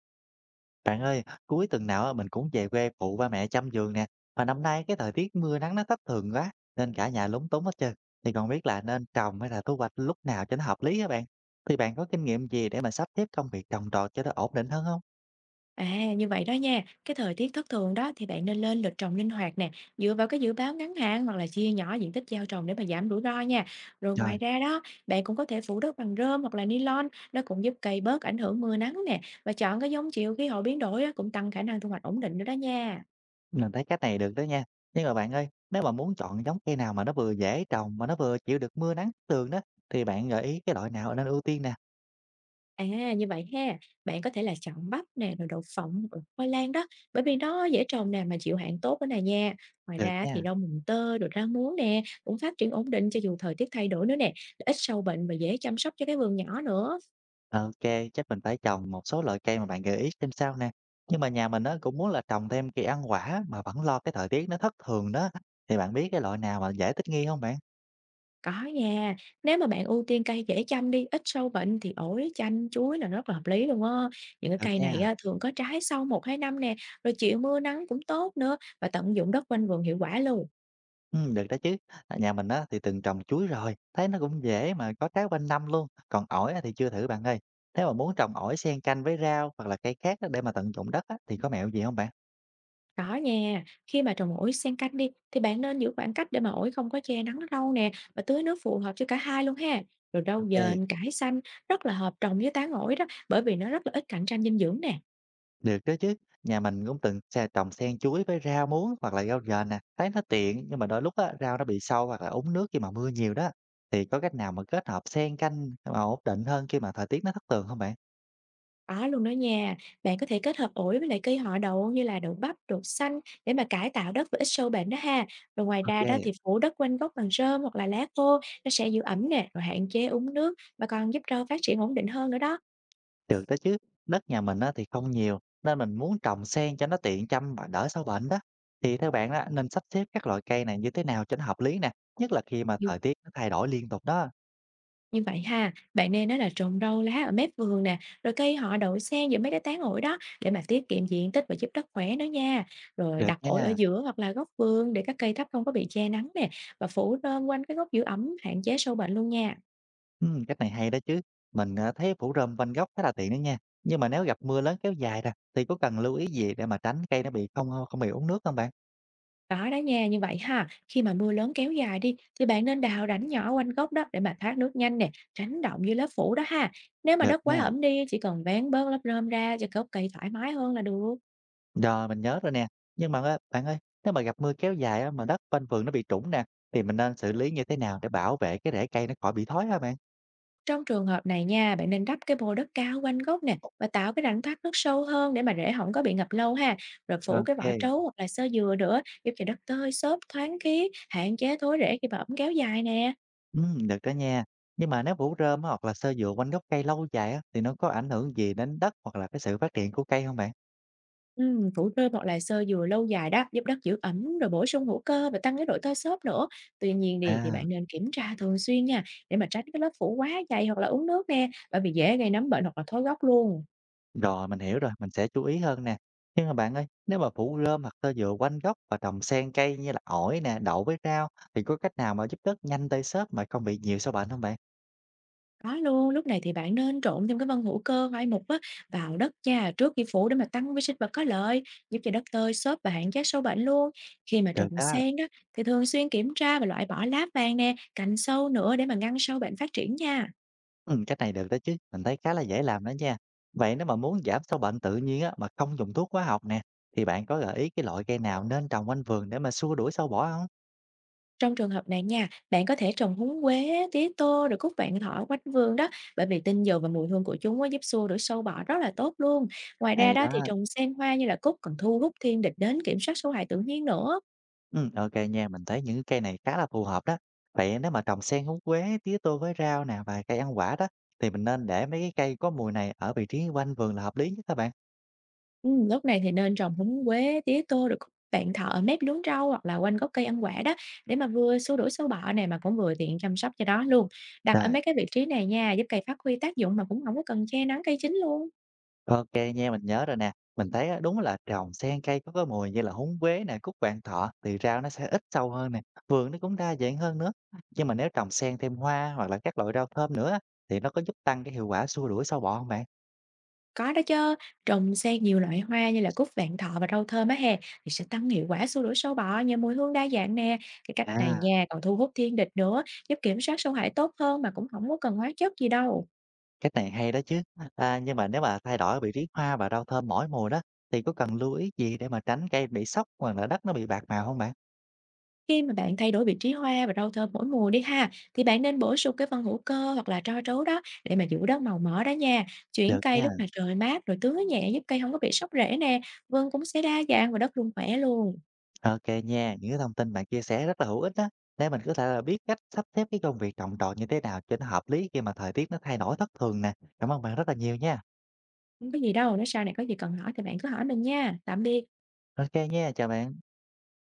Bạn ơi, cuối tuần nào á, mình cũng về quê phụ ba mẹ chăm vườn nè. Mà năm nay cái thời tiết mưa nắng nó thất thường quá, nên cả nhà lúng túng hết trơn. Thì còn biết là nên trồng hay là thu hoạch lúc nào cho nó hợp lý hả bạn? Thì bạn có kinh nghiệm gì để mà sắp xếp công việc trồng trọt cho nó ổn định hơn không? À, như vậy đó nha, cái thời tiết thất thường đó thì bạn nên lên lịch trồng linh hoạt nè, dựa vào cái dự báo ngắn hạn hoặc là chia nhỏ diện tích gieo trồng để mà giảm rủi ro nha. Rồi Rồi, ngoài ra đó, bạn cũng có thể phủ đất bằng rơm hoặc là ni lông, nó cũng giúp cây bớt ảnh hưởng mưa nắng nè, và chọn cái giống chịu khí hậu biến đổi á, cũng tăng khả năng thu hoạch ổn định nữa đó nha. mình thấy cách này được đó nha. Nhưng mà bạn ơi, nếu mà muốn chọn giống cây nào mà nó vừa dễ trồng mà nó vừa chịu được mưa nắng thất thường đó, thì bạn gợi ý cái loại nào nên ưu tiên nè. À, như vậy ha, bạn có thể là chọn bắp nè, rồi đậu phộng, rồi khoai lang đó, bởi vì nó dễ trồng nè mà chịu hạn tốt nữa nè nha. Ngoài Được ra thì nha. rau mùng tơi rồi rau muống nè, cũng phát triển ổn định cho dù thời tiết thay đổi nữa nè, ít sâu bệnh và dễ chăm sóc cho cái vườn nhỏ nữa. OK, chắc mình phải trồng một số loại cây mà bạn gợi ý xem sao nè. Nhưng mà nhà mình á cũng muốn là trồng thêm cây ăn quả mà vẫn lo cái thời tiết nó thất thường đó. Thì bạn biết cái loại nào mà dễ thích nghi không bạn? Có nha, nếu mà bạn ưu tiên cây dễ chăm đi, ít sâu bệnh thì ổi, chanh, chuối là rất là hợp lý luôn á. Những cái Được cây này nha. á, thường có trái sau một hai năm nè, rồi chịu mưa nắng cũng tốt nữa và tận dụng đất quanh vườn hiệu quả luôn. Được đó chứ. À, nhà mình á thì từng trồng chuối rồi, thấy nó cũng dễ mà có trái quanh năm luôn, còn ổi á thì chưa thử bạn ơi. Nếu mà muốn trồng ổi xen canh với rau hoặc là cây khác á để mà tận dụng đất á thì có mẹo gì không bạn? Có nha, khi mà trồng ổi xen canh đi thì bạn nên giữ khoảng cách để mà ổi không có che nắng lâu nè và tưới nước phù hợp cho cả hai luôn ha. Rồi rau OK. dền, cải xanh rất là hợp trồng với tán ổi đó, bởi vì nó rất là ít cạnh tranh dinh dưỡng nè. Được đó chứ, nhà mình cũng từng xe trồng sen chuối với rau muống hoặc là rau dền nè, thấy nó tiện nhưng mà đôi lúc á, rau nó bị sâu hoặc là úng nước khi mà mưa nhiều đó. Thì có cách nào mà kết hợp xen canh mà ổn định hơn khi mà thời tiết nó thất thường không bạn? Có luôn đó nha. Bạn có thể kết hợp ổi với lại cây họ đậu như là đậu bắp, đậu xanh để mà cải tạo đất và ít sâu bệnh đó ha. Rồi ngoài ra đó Ok, thì phủ đất quanh gốc bằng rơm hoặc là lá khô, nó sẽ giữ ẩm nè, rồi hạn chế úng nước và còn giúp rau phát triển ổn định hơn nữa đó. được đó chứ, đất nhà mình á, thì không nhiều nên mình muốn trồng sen cho nó tiện chăm và đỡ sâu bệnh đó. Thì theo bạn á, nên sắp xếp các loại cây này như thế nào cho nó hợp lý nè, nhất là khi mà thời tiết nó thay đổi liên tục đó. Như vậy ha, bạn nên á là trồng rau lá ở mép vườn nè, rồi cây họ đậu xen giữa mấy cái tán ổi đó để mà tiết kiệm diện tích và giúp đất khỏe nữa nha. Rồi Được đặt ổi ở nha. giữa hoặc là góc vườn để các cây thấp không có bị che nắng nè, và phủ rơm quanh cái gốc giữ ẩm hạn chế sâu bệnh luôn nha. Cách này hay đó chứ. Mình thấy phủ rơm quanh gốc khá là tiện đó nha. Nhưng mà nếu gặp mưa lớn kéo dài ra thì có cần lưu ý gì để mà tránh cây nó bị không bị uống nước không bạn? Đó đó nha, như vậy ha, khi mà mưa lớn kéo dài đi thì bạn nên đào rãnh nhỏ quanh gốc đó để mà thoát nước nhanh nè, tránh động dưới lớp phủ đó ha. Nếu mà Được đất quá nha. ẩm đi, chỉ cần vén bớt lớp rơm ra cho gốc cây thoải mái hơn là được. Rồi, mình nhớ rồi nè. Nhưng mà á, bạn ơi, nếu mà gặp mưa kéo dài á, mà đất quanh vườn nó bị trũng nè, thì mình nên xử lý như thế nào để bảo vệ cái rễ cây nó khỏi bị thối hả bạn? Trong trường hợp này nha, bạn nên đắp cái bô đất cao quanh gốc nè Ờ. và tạo cái rãnh thoát nước sâu hơn để mà rễ không có bị ngập lâu ha. Rồi phủ cái vỏ OK, trấu hoặc là xơ dừa nữa giúp cho đất tơi xốp, thoáng khí, hạn chế thối rễ khi mà ẩm kéo dài nè. Được đó nha. Nhưng mà nếu phủ rơm á, hoặc là xơ dừa quanh gốc cây lâu dài á, thì nó có ảnh hưởng gì đến đất hoặc là cái sự phát triển của cây không bạn? Phủ rơm hoặc là xơ dừa lâu dài đó giúp đất giữ ẩm, rồi bổ sung hữu cơ và tăng cái độ tơi xốp nữa. Tuy nhiên đi thì À. bạn nên kiểm tra thường xuyên nha, để mà tránh cái lớp phủ quá dày hoặc là uống nước nè, bởi vì dễ gây nấm bệnh hoặc là thối gốc luôn. Rồi, mình hiểu rồi, mình sẽ chú ý hơn nè. Nhưng mà bạn ơi, nếu mà phủ rơm hoặc tơ dừa quanh gốc và trồng xen cây như là ổi nè, đậu với rau thì có cách nào mà giúp đất nhanh tơi xốp mà không bị nhiều sâu bệnh không bạn? Có luôn, lúc này thì bạn nên trộn thêm cái phân hữu cơ hoai mục á, vào đất nha, trước khi phủ để mà tăng vi sinh vật có lợi, giúp cho đất tơi xốp và hạn chế sâu bệnh luôn. Khi mà Được trồng đó, sen đó thì thường xuyên kiểm tra và loại bỏ lá vàng nè, cành sâu nữa để mà ngăn sâu bệnh phát triển nha. Cách này được đó chứ, mình thấy khá là dễ làm đó nha. Vậy nếu mà muốn giảm sâu bệnh tự nhiên á, mà không dùng thuốc hóa học nè, thì bạn có gợi ý cái loại cây nào nên trồng quanh vườn để mà xua đuổi sâu bọ không? Trong trường hợp này nha, bạn có thể trồng húng quế, tía tô rồi cúc vạn thọ quanh vườn đó, bởi vì tinh dầu và mùi hương của chúng á, giúp xua đuổi sâu bọ rất là tốt luôn. Ngoài ra Hay đó thì đó. trồng sen hoa như là cúc còn thu hút thiên địch đến kiểm soát sâu hại tự nhiên nữa. Ừ, OK nha, mình thấy những cây này khá là phù hợp đó. Vậy nếu mà trồng xen húng quế, tía tô với rau nè và cây ăn quả đó, thì mình nên để mấy cái cây có mùi này ở vị trí quanh vườn là hợp lý nhất các bạn? Lúc này thì nên trồng húng quế, tía tô được cúc vạn thọ ở mép luống rau hoặc là quanh gốc cây ăn quả đó, để mà vừa xua đuổi sâu bọ này mà cũng vừa tiện chăm sóc cho đó luôn. Đặt ở Rồi, mấy cái vị trí này nha, giúp cây phát huy tác dụng mà cũng không có cần che nắng cây chính luôn. ô nha, mình nhớ rồi nè. Mình thấy á, đúng là trồng xen cây có cái mùi như là húng quế nè, cúc vạn thọ thì rau nó sẽ ít sâu hơn nè, vườn nó cũng đa dạng hơn nữa. Nhưng mà nếu trồng xen thêm hoa hoặc là các loại rau thơm nữa á, thì nó có giúp tăng cái hiệu quả xua đuổi sâu bọ không bạn? Có đó chớ, trồng xen nhiều loại hoa như là cúc vạn thọ và rau thơm á hè thì sẽ tăng hiệu quả xua đuổi sâu bọ nhờ mùi hương đa dạng nè. Cái cách này À. nha, còn thu hút thiên địch nữa, giúp kiểm soát sâu hại tốt hơn mà cũng không có cần hóa chất gì đâu. Cách này hay đó chứ. À, nhưng mà nếu mà thay đổi vị trí hoa và rau thơm mỗi mùa đó, thì có cần lưu ý gì để mà tránh cây bị sốc hoặc là đất nó bị bạc màu không bạn? Khi mà bạn thay đổi vị trí hoa và rau thơm mỗi mùa đi ha, thì bạn nên bổ sung cái phân hữu cơ hoặc là tro trấu đó để mà giữ đất màu mỡ đó nha. Chuyển Được cây nha. lúc mà trời mát rồi tưới nhẹ giúp cây không có bị sốc rễ nè. Vườn cũng sẽ đa dạng và đất luôn khỏe luôn. OK nha, những cái thông tin bạn chia sẻ rất là hữu ích đó để mình có thể là biết cách sắp xếp cái công việc trồng trọt như thế nào cho nó hợp lý khi mà thời tiết nó thay đổi thất thường nè. Cảm ơn bạn rất là nhiều nha. Không có gì đâu, nếu sau này có gì cần hỏi thì bạn cứ hỏi mình nha. Tạm biệt. OK nha, chào bạn.